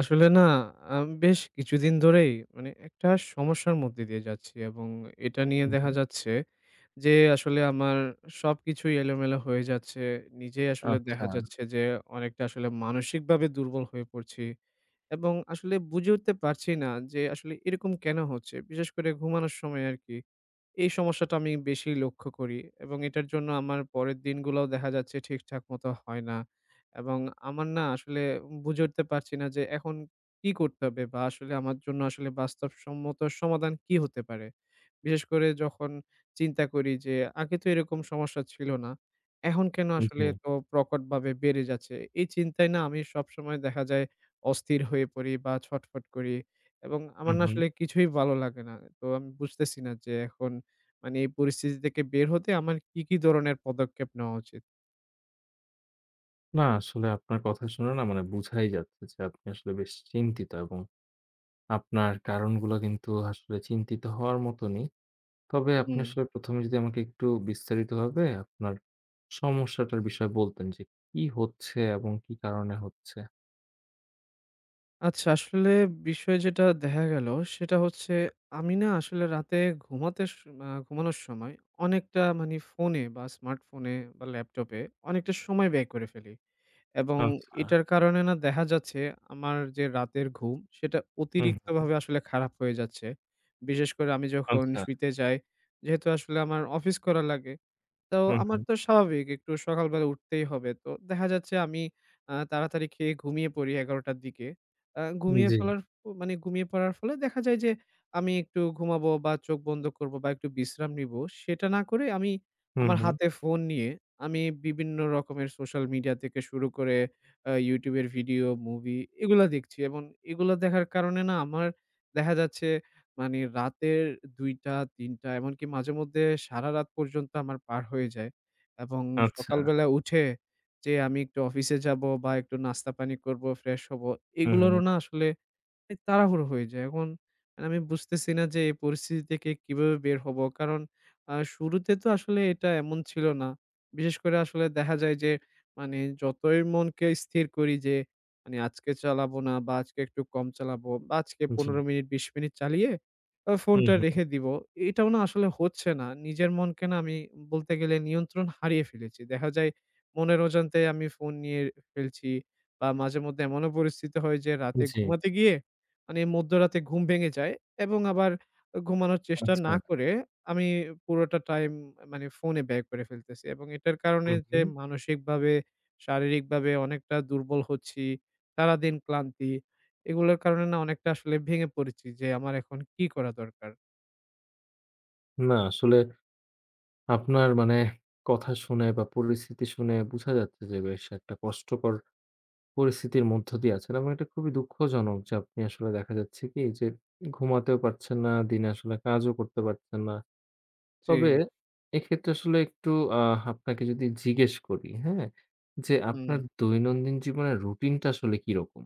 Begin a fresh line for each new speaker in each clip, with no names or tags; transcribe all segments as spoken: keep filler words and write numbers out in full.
আসলে না। আ বেশ কিছুদিন ধরেই মানে একটা সমস্যার মধ্যে দিয়ে যাচ্ছি, এবং এটা নিয়ে
হুম,
দেখা
হুম।
যাচ্ছে যে আসলে আমার সবকিছুই এলোমেলো হয়ে যাচ্ছে। নিজেই আসলে
আচ্ছা।
দেখা যাচ্ছে যে অনেকটা আসলে মানসিকভাবে দুর্বল হয়ে পড়ছি, এবং আসলে বুঝে উঠতে পারছি না যে আসলে এরকম কেন হচ্ছে? বিশেষ করে ঘুমানোর সময় আরকি এই সমস্যাটা আমি বেশি লক্ষ্য করি, এবং এটার জন্য আমার পরের দিনগুলোও দেখা যাচ্ছে ঠিকঠাক মতো হয় না। এবং আমার না আসলে বুঝে উঠতে পারছি না যে এখন কি করতে হবে, বা আসলে আমার জন্য আসলে বাস্তবসম্মত সমাধান কি হতে পারে? বিশেষ করে যখন চিন্তা করি যে আগে তো এরকম সমস্যা ছিল না, এখন কেন আসলে
জি।
এত প্রকটভাবে বেড়ে যাচ্ছে? এই চিন্তায় না আমি সবসময় দেখা যায় অস্থির হয়ে পড়ি বা ছটফট করি, এবং আমার
হুম,
না
হুম।
আসলে কিছুই ভালো লাগে না। তো আমি বুঝতেছি না যে এখন মানে এই পরিস্থিতি থেকে বের হতে আমার কি, কি ধরনের পদক্ষেপ নেওয়া উচিত?
না আসলে আপনার কথা শুনে না মানে বুঝাই যাচ্ছে যে আপনি আসলে বেশ চিন্তিত এবং আপনার কারণগুলো কিন্তু আসলে চিন্তিত হওয়ার মতনই। তবে আপনি
হুম।
আসলে প্রথমে এ যদি আমাকে একটু বিস্তারিতভাবে আপনার সমস্যাটার বিষয়ে বলতেন যে কি হচ্ছে এবং কি কারণে হচ্ছে?
আচ্ছা আসলে বিষয় যেটা দেখা গেল সেটা হচ্ছে আমি না আসলে রাতে ঘুমাতে স আ ঘুমানোর সময় অনেকটা মানে ফোনে বা স্মার্টফোনে বা ল্যাপটপে অনেকটা সময় ব্যয় করে ফেলি। এবং
আচ্ছা।
এটার কারণে না দেখা যাচ্ছে আমার যে রাতের ঘুম, সেটা
হুম, হুম।
অতিরিক্তভাবে আসলে খারাপ হয়ে যাচ্ছে। বিশেষ করে আমি যখন
আচ্ছা।
শুইতে যাই, যেহেতু আসলে আমার অফিস করা লাগে তো
হুম,
আমার
হুম।
তো স্বাভাবিক একটু সকালবেলা উঠতেই হবে। তো দেখা যাচ্ছে আমি আ তাড়াতাড়ি খেয়ে ঘুমিয়ে পড়ি এগারোটা র দিকে। আ ঘুমিয়ে
জি।
ফেলার ফ- মানে ঘুমিয়ে পড়ার ফলে দেখা যায় যে আমি একটু ঘুমাবো বা চোখ বন্ধ করব বা একটু বিশ্রাম নিবো। সেটা না করে আমি
হুম,
আমার
হুম।
হাতে ফোন নিয়ে আমি বিভিন্ন রকমের সোশ্যাল মিডিয়া থেকে শুরু করে আ YouTube এর ভিডিও, মুভি এগুলা দেখছি, এবং এগুলা দেখার কারণে না আমার দেখা যাচ্ছে মানে রাতের দুইটা, তিনটা, এমনকি মাঝেমধ্যে সারারাত পর্যন্ত আমার পার হয়ে যায়। জি। এবং
আচ্ছা।
সকালবেলা উঠে যে আমি একটু অফিসে যাবো বা একটু নাস্তা পানি করবো, ফ্রেশ হবো,
হুম, হুম।
এগুলোরও না আসলে এই তাড়াহুড়ো হয়ে যায়। এখন মানে আমি বুঝতেছি না যে এই পরিস্থিতি থেকে কিভাবে বের হবো? কারণ আ শুরুতে তো আসলে এটা এমন ছিল না। বিশেষ করে আসলে দেখা যায় যে মানে যতই মনকে স্থির করি যে মানে আজকে চালাবো না, বা আজকে একটু কম চালাবো, বা আজকে
জি।
পনেরো মিনিট বিশ মিনিট চালিয়ে আ
হুম,
ফোনটা
হুম।
রেখে দিবো। এটাও না আসলে হচ্ছে না। নিজের মনকে না আমি বলতে গেলে নিয়ন্ত্রণ হারিয়ে ফেলেছি। দেখা যায় মনের অজান্তে আমি ফোন নিয়ে ফেলছি, বা মাঝেমধ্যে এমনও পরিস্থিতি হয় যে রাতে
জি।
ঘুমাতে গিয়ে মানে মধ্যরাতে ঘুম ভেঙে যায় এবং আবার ঘুমানোর চেষ্টা
আচ্ছা।
না করে আমি পুরোটা টাইম মানে ফোনে ব্যয় করে ফেলতেছি, এবং এটার কারণে
হুম,
যে
হুম।
মানসিকভাবে, শারীরিকভাবে অনেকটা দুর্বল হচ্ছি, সারাদিন ক্লান্তি, এগুলোর কারণে না অনেকটা আসলে ভেঙে পড়েছি যে আমার এখন কি করা দরকার?
না আসলে আপনার মানে কথা শুনে বা পরিস্থিতি শুনে বোঝা যাচ্ছে যে বেশ একটা কষ্টকর পরিস্থিতির মধ্য দিয়ে আছেন এবং এটা খুবই দুঃখজনক যে আপনি আসলে দেখা যাচ্ছে কি যে ঘুমাতেও পারছেন না, দিনে আসলে কাজও করতে পারছেন না।
জি।
তবে এক্ষেত্রে আসলে একটু আহ আপনাকে যদি জিজ্ঞেস করি, হ্যাঁ? যে
হুম।
আপনার দৈনন্দিন জীবনের রুটিনটা আসলে কিরকম?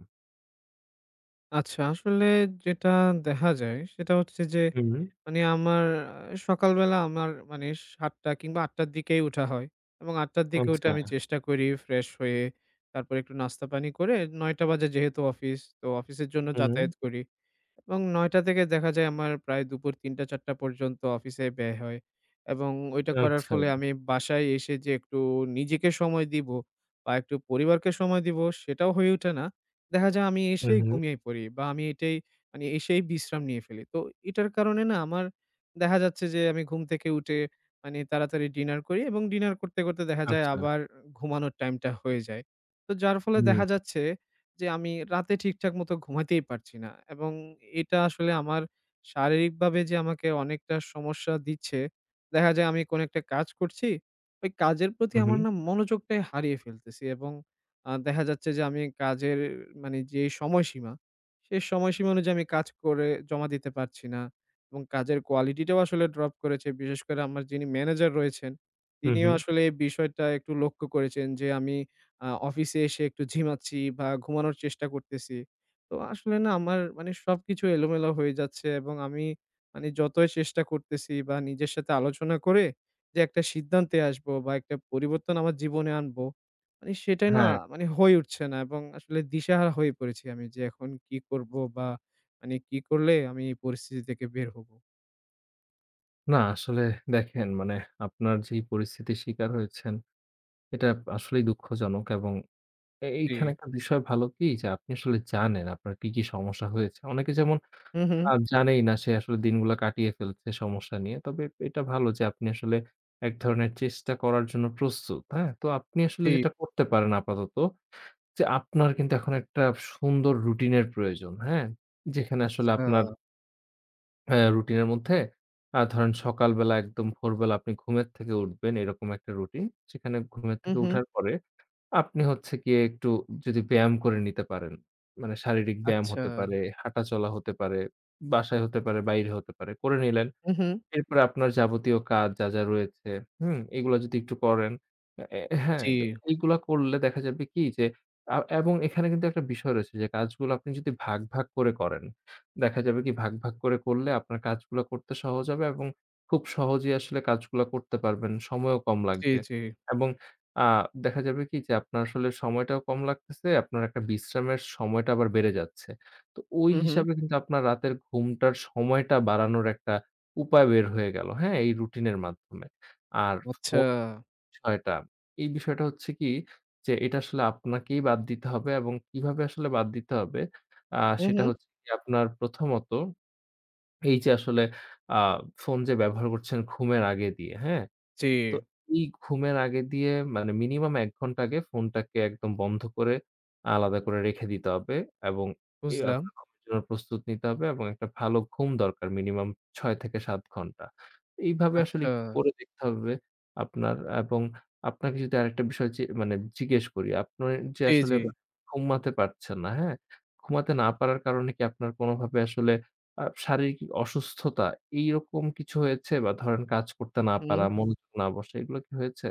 আচ্ছা আসলে যেটা দেখা যায় সেটা হচ্ছে যে
হুম,
মানে আমার আ সকালবেলা আমার মানে সাতটা কিংবা আটটা র দিকেই উঠা হয়, এবং আটটা র দিকে উঠে
আচ্ছা,
আমি চেষ্টা করি ফ্রেশ হয়ে তারপরে একটু নাস্তা পানি করে। নয়টা বাজে যেহেতু অফিস, তো অফিসের জন্য
হুম,
যাতায়াত করি। এবং নয়টা থেকে দেখা যায় আমার প্রায় দুপুর তিনটা চারটা পর্যন্ত অফিসে ব্যয় হয়, এবং ওইটা করার
আচ্ছা,
ফলে আমি বাসায় এসে যে একটু নিজেকে সময় দিব বা একটু পরিবারকে সময় দিব সেটাও হয়ে ওঠে না। দেখা যায় আমি এসেই
হুম,
ঘুমিয়ে পড়ি, বা আমি এটাই মানে এসেই বিশ্রাম নিয়ে ফেলি। তো এটার কারণে না আমার দেখা যাচ্ছে যে আমি ঘুম থেকে উঠে মানে তাড়াতাড়ি ডিনার করি, এবং ডিনার করতে, করতে দেখা যায়
আচ্ছা,
আবার ঘুমানোর টাইমটা হয়ে যায়। তো যার ফলে
হুম,
দেখা যাচ্ছে যে আমি রাতে ঠিকঠাক মতো ঘুমাতেই পারছি না, এবং এটা আসলে আমার শারীরিকভাবে যে আমাকে অনেকটা সমস্যা দিচ্ছে। দেখা যায় আমি কোনো একটা কাজ করছি, ওই কাজের প্রতি
হু, হু,
আমার না মনোযোগটাই হারিয়ে ফেলতেছি, এবং আ দেখা যাচ্ছে যে আমি কাজের মানে যে সময়সীমা, সে সময়সীমা অনুযায়ী আমি কাজ করে জমা দিতে পারছি না, এবং কাজের কোয়ালিটিটাও আসলে ড্রপ করেছে। বিশেষ করে আমার যিনি ম্যানেজার রয়েছেন,
হু,
তিনিও
হু।
আসলে এই বিষয়টা একটু লক্ষ্য করেছেন যে আমি আ অফিসে এসে একটু ঝিমাচ্ছি বা ঘুমানোর চেষ্টা করতেছি। তো আসলে না আমার মানে সবকিছু এলোমেলো হয়ে যাচ্ছে, এবং আমি মানে যতই চেষ্টা করতেছি বা নিজের সাথে আলোচনা করে যে একটা সিদ্ধান্তে আসবো বা একটা পরিবর্তন আমার জীবনে আনবো, মানে সেটাই না
হ্যাঁ।
মানে হয়ে উঠছে না, এবং আসলে দিশাহারা হয়ে পড়েছি আমি যে এখন কি করবো, বা মানে কি করলে আমি এই পরিস্থিতি থেকে বের হবো?
না আসলে দেখেন মানে আপনার যেই পরিস্থিতির শিকার হয়েছেন এটা আসলেই দুঃখজনক এবং এ
জি।
এইখানে একটা বিষয় ভালো কি যে আপনি আসলে জানেন আপনার কি, কি সমস্যা হয়েছে। অনেকে যেমন
হু, হু।
আ জানেই না সে আসলে দিনগুলা কাটিয়ে ফেলছে সমস্যা নিয়ে। তবে এটা ভালো যে আপনি আসলে এক ধরনের চেষ্টা করার জন্য প্রস্তুত, হ্যাঁ? তো আপনি আসলে
জি,
যেটা করতে পারেন আপাতত যে আপনার কিন্তু এখন একটা সুন্দর রুটিনের প্রয়োজন, হ্যাঁ? যেখানে আসলে
আচ্ছা।
আপনার হ্যাঁ, রুটিনের মধ্যে আ ধরেন সকালবেলা একদম ভোরবেলা আপনি ঘুমের থেকে উঠবেন এরকম একটা রুটিন। সেখানে ঘুমের
হু,
থেকে
হু।
উঠার পরে আপনি হচ্ছে গিয়ে একটু যদি ব্যায়াম করে নিতে পারেন। মানে শারীরিক ব্যায়াম
আচ্ছা।
হতে পারে, হাঁটাচলা হতে পারে, বাসায় হতে পারে, বাইরে হতে পারে, করে নিলেন।
হু, হু।
এরপরে আপনার যাবতীয় কাজ যা, যা রয়েছে, হুম? এগুলা যদি একটু করেন এ হ্যাঁ,
জি,
তো এইগুলা করলে দেখা যাবে কি যে আ এবং এখানে কিন্তু একটা বিষয় রয়েছে যে কাজগুলো আপনি যদি ভাগ, ভাগ করে করেন, দেখা যাবে কি ভাগ, ভাগ করে করলে আপনার কাজগুলা করতে সহজ হবে এবং খুব সহজেই আসলে কাজগুলা করতে পারবেন। সময়ও কম
জি,
লাগবে
জি।
এবং আ দেখা যাবে কি যে আপনার আসলে সময়টাও কম লাগতেছে, আপনার একটা বিশ্রামের সময়টা আবার বেড়ে যাচ্ছে। তো ওই
হু, হু।
হিসাবে কিন্তু আপনার রাতের ঘুমটার সময়টা বাড়ানোর একটা উপায় বের হয়ে গেল, হ্যাঁ? এই রুটিনের মাধ্যমে। আর
আচ্ছা।
ফোন বিষয়টা, এই বিষয়টা হচ্ছে কি যে এটা আসলে আপনাকেই বাদ দিতে হবে এবং কিভাবে আসলে বাদ দিতে হবে আ
হু,
সেটা
হু।
হচ্ছে কি আপনার প্রথমত এই যে আসলে আ ফোন যে ব্যবহার করছেন ঘুমের আগে দিয়ে, হ্যাঁ?
জি,
তো এই ঘুমের আগে দিয়ে মানে মিনিমাম এক ঘন্টা আগে ফোনটাকে একদম বন্ধ করে আলাদা করে রেখে দিতে হবে এবং এই
বুঝলাম।
আপনার ঘুমের জন্য প্রস্তুত নিতে হবে এবং একটা ভালো ঘুম দরকার মিনিমাম ছয় থেকে সাত ঘন্টা। এইভাবে আসলে
আচ্ছা।
একটু করে দেখতে হবে আপনার এবং আপনাকে যদি আরেকটা বিষয় যে মানে জিজ্ঞেস করি, আপনার যে
জি,
আসলে
জি।
ঘুমাতে পারছেন না, হ্যাঁ? ঘুমাতে না পারার কারণে কি আপনার কোনোভাবে আসলে আ শারীরিক অসুস্থতা এইরকম কিছু হয়েছে? বা ধরেন কাজ করতে না
হুম।
পারা, হুম। মনোযোগ না বসা এগুলো কি হয়েছে?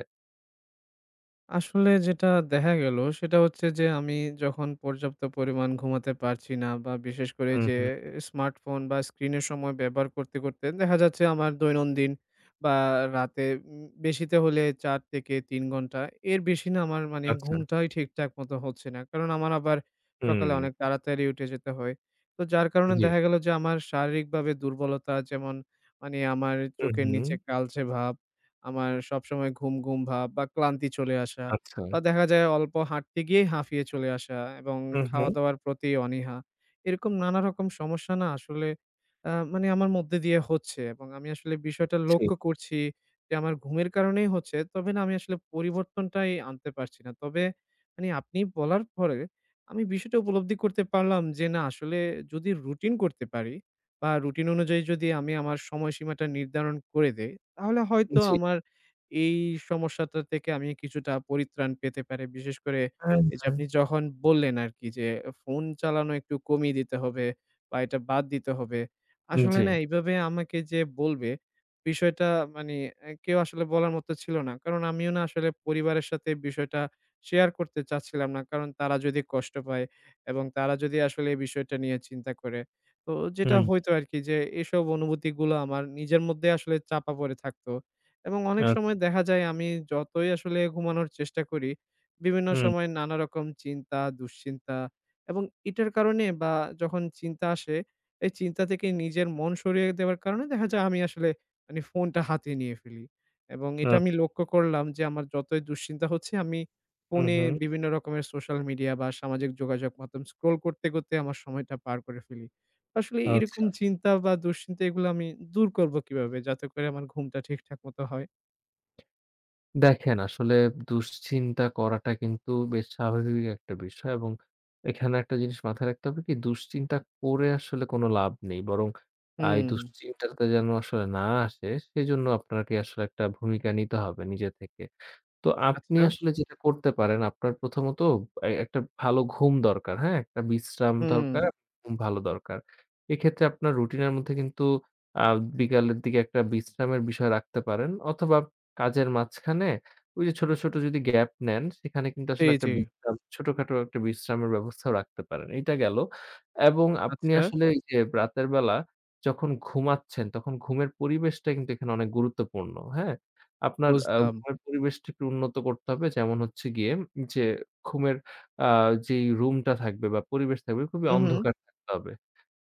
আসলে যেটা দেখা গেল সেটা হচ্ছে যে আমি যখন পর্যাপ্ত পরিমাণ ঘুমাতে পারছি না, বা বিশেষ করে
হুম,
যে
হুম।
স্মার্টফোন বা স্ক্রিনের সময় ব্যবহার করতে করতে দেখা যাচ্ছে আমার দৈনন্দিন বা রাতে উম, বেশিতে হলে চার থেকে তিন ঘন্টা, এর বেশি না আমার মানে
আচ্ছা।
ঘুমটাই ঠিকঠাক মতো হচ্ছে না, কারণ আমার আবার
হুম।
সকালে অনেক তাড়াতাড়ি উঠে যেতে হয়, তো যার কারণে
জি।
দেখা গেল যে আমার শারীরিকভাবে দুর্বলতা যেমন মানে আমার
হুম,
চোখের
হুম।
নিচে কালচে ভাব, আমার সবসময় ঘুম, ঘুম ভাব বা ক্লান্তি চলে আসা,
আচ্ছা।
বা দেখা যায় অল্প হাঁটতে গিয়েই হাঁফিয়ে চলে আসা, এবং
হুম, হুম।
খাওয়া-দাওয়ার প্রতি অনীহা। এরকম নানা রকম সমস্যা না আসলে আ মানে আমার মধ্যে দিয়ে হচ্ছে, এবং আমি আসলে বিষয়টা
জি,
লক্ষ্য করছি যে আমার ঘুমের কারণেই হচ্ছে। তবে না আমি আসলে পরিবর্তনটাই আনতে পারছি না। তবে মানে আপনি বলার পরে আমি বিষয়টা উপলব্ধি করতে পারলাম যে না আসলে যদি রুটিন করতে পারি বা রুটিন অনুযায়ী যদি আমি আমার সময়সীমাটা নির্ধারণ করে দেই, তাহলে হয়তো
জি।
আমার এই সমস্যাটা থেকে আমি কিছুটা পরিত্রাণ পেতে পারি। বিশেষ করে
হ্যাঁ,
এই যে
হ্যাঁ।
আপনি যখন বললেন আরকি যে, ফোন চালানো একটু কমিয়ে দিতে হবে বা এটা বাদ দিতে হবে। আসলে
জি।
না এইভাবে আমাকে যে বলবে, বিষয়টা মানে এ কেউ আসলে বলার মতো ছিল না। কারণ আমিও না আসলে পরিবারের সাথে বিষয়টা শেয়ার করতে চাচ্ছিলাম না। কারণ তারা যদি কষ্ট পায় এবং তারা যদি আসলে এই বিষয়টা নিয়ে চিন্তা করে। তো যেটা
হুম।
হইতো আরকি যে এসব অনুভূতিগুলো আমার নিজের মধ্যে আসলে চাপা পড়ে থাকতো। এবং অনেক
আচ্ছা।
সময় দেখা যায় আমি যতই আসলে ঘুমানোর চেষ্টা করি, বিভিন্ন
হুম।
সময় নানা রকম চিন্তা, দুশ্চিন্তা এবং এটার কারণে বা যখন চিন্তা আসে, এই চিন্তা থেকে নিজের মন সরিয়ে দেওয়ার কারণে দেখা যায় আমি আসলে মানে ফোনটা হাতে নিয়ে ফেলি। এবং এটা আমি
আচ্ছা।
লক্ষ্য করলাম যে আমার যতই দুশ্চিন্তা হচ্ছে আমি
হুম,
ফোনে
হুম।
বিভিন্ন রকমের সোশ্যাল মিডিয়া বা সামাজিক যোগাযোগ মাধ্যম স্ক্রল করতে, করতে আমার সময়টা পার করে ফেলি। আসলে এরকম
আচ্ছা।
চিন্তা বা দুশ্চিন্তা এগুলো আমি দূর করব কিভাবে, যাতে করে আমার ঘুমটা ঠিকঠাক মতো হয়?
দেখেন আসলে দুশ্চিন্তা করাটা কিন্তু বেশ স্বাভাবিক একটা বিষয় এবং এখানে একটা জিনিস মাথায় রাখতে হবে কি দুশ্চিন্তা করে আসলে কোনো লাভ নেই। বরং আ এই
হুম,
দুশ্চিন্তাটা যেন আসলে না আসে সেজন্য আপনাকে আসলে একটা ভূমিকা নিতে হবে নিজে থেকে। তো আপনি
আচ্ছা।
আসলে যেটা করতে পারেন, আপনার প্রথমত এ একটা ভালো ঘুম দরকার, হ্যাঁ? একটা বিশ্রাম
হুম,
দরকার, হুম। ঘুম ভালো দরকার। এক্ষেত্রে আপনার রুটিনের মধ্যে কিন্তু আ বিকালের দিকে একটা বিশ্রামের বিষয় রাখতে পারেন অথবা কাজের মাঝখানে ওই যে ছোট, ছোট যদি গ্যাপ নেন সেখানে কিন্তু
জি,
আসলে একটা
জি।
বিশ্রাম ছোটখাটো একটা বিশ্রামের ব্যবস্থাও রাখতে পারেন। এইটা গেল। এবং আপনি
আচ্ছা,
আসলে এই যে রাতের বেলা যখন ঘুমাচ্ছেন তখন ঘুমের পরিবেশটা কিন্তু এখানে অনেক গুরুত্বপূর্ণ, হ্যাঁ? আপনার আ
বুঝলাম।
ঘরের পরিবেশটা একটু উন্নত করতে হবে। যেমন হচ্ছে গিয়ে যে ঘুমের আ যেই রুমটা থাকবে বা পরিবেশ থাকবে খুবই
হু, হু।
অন্ধকার থাকতে হবে।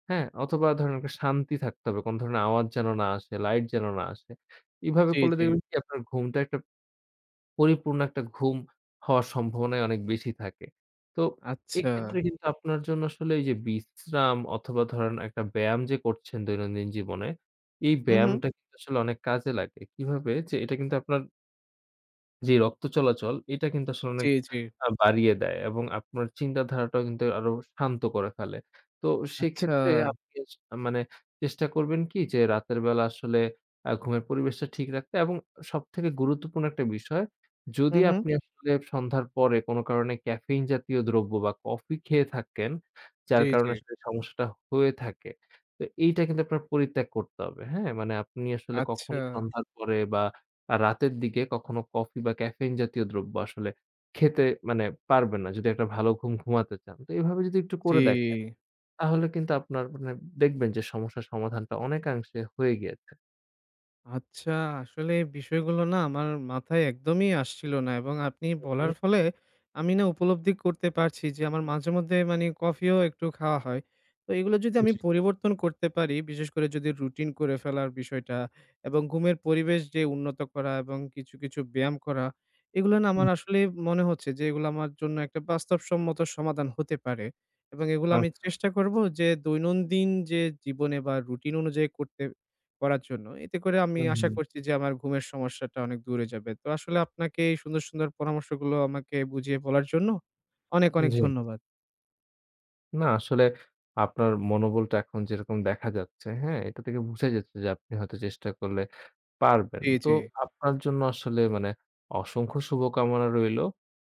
হ্যাঁ? অথবা ধরেন একটা শান্তি থাকতে হবে। কোন ধরনের আওয়াজ যেন না আসে, লাইট যেন না আসে। এভাবে
জি,
করলে
জি।
দেখবেন কি আপনার ঘুমটা একটা পরিপূর্ণ একটা ঘুম হওয়ার সম্ভাবনাই অনেক বেশি থাকে। তো
আচ্ছা।
এক্ষেত্রে কিন্তু আপনার জন্য আসলে এই যে বিশ্রাম অথবা ধরেন একটা ব্যায়াম যে করছেন দৈনন্দিন জীবনে, এই
হু, হু।
ব্যায়ামটা কিন্তু আসলে অনেক কাজে লাগে। কিভাবে? যে এটা কিন্তু আপনার জি, রক্ত চলাচল এটা কিন্তু আসলে
জি, জি।
আ বাড়িয়ে দেয় এবং আপনার চিন্তাধারাটাও কিন্তু আরো শান্ত করে ফেলে। তো
আচ্ছা।
সেক্ষেত্রে আপনি আস মানে চেষ্টা করবেন কি যে রাতের বেলা আসলে আ ঘুমের পরিবেশটা ঠিক রাখতে এবং সবথেকে গুরুত্বপূর্ণ একটা বিষয়,
হু,
যদি
হু।
আপনি আসলে সন্ধ্যার পরে কোনো কারণে ক্যাফেইন জাতীয় দ্রব্য বা কফি খেয়ে থাকেন,
জি,
যার
জি।
কারণে আসলে সমস্যাটা হয়ে থাকে। তো এইটা কিন্তু আপনার পরিত্যাগ করতে হবে, হ্যাঁ? মানে আপনি আসলে
আচ্ছা।
কখনো সন্ধ্যার পরে বা আ রাতের দিকে কখনো কফি বা ক্যাফেইন জাতীয় দ্রব্য আসলে খেতে মানে পারবেন না যদি একটা ভালো ঘুম ঘুমাতে চান। তো এভাবে যদি একটু
জি।
করে দেখেন, তাহলে কিন্তু আপনার মানে দেখবেন যে সমস্যার সমাধানটা অনেকাংশে হয়ে গিয়েছে।
আচ্ছা, আসলে এই বিষয়গুলো না আমার মাথায় একদমই আসছিল না, এবং আপনি বলার
হুম,
ফলে আমি না উপলব্ধি করতে পারছি যে আমার মাঝে মধ্যে মানে কফিও একটু খাওয়া হয়। তো এগুলো যদি
হুম,
আমি
জি।
পরিবর্তন করতে পারি, বিশেষ করে যদি রুটিন করে ফেলার বিষয়টা এবং ঘুমের পরিবেশ যে উন্নত করা এবং কিছু, কিছু ব্যায়াম করা, এগুলো না
হুম।
আমার আসলে মনে হচ্ছে যে এগুলো আমার জন্য একটা বাস্তবসম্মত সমাধান হতে পারে, এবং এগুলো আমি
আচ্ছা।
চেষ্টা করব যে দৈনন্দিন যে জীবনে বা রুটিন অনুযায়ী করতে করার জন্য। এতে করে আমি
হুম,
আশা
হুম।
করছি যে আমার ঘুমের সমস্যাটা অনেক দূরে যাবে। তো আসলে আপনাকে এই সুন্দর, সুন্দর পরামর্শগুলো আমাকে বুঝিয়ে বলার জন্য অনেক, অনেক
জি।
ধন্যবাদ।
না আসলে আপনার মনোবলটা এখন যেরকম দেখা যাচ্ছে, হ্যাঁ? এটা থেকে বুঝা যাচ্ছে যে আপনি হয়তো চেষ্টা করলে পারবেন।
জি,
তো
জি,
আপনার জন্য আসলে মানে অসংখ্য শুভকামনা রইলো।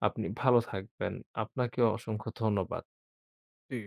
আপনি ভালো থাকবেন। আপনাকেও অসংখ্য ধন্যবাদ।
জি।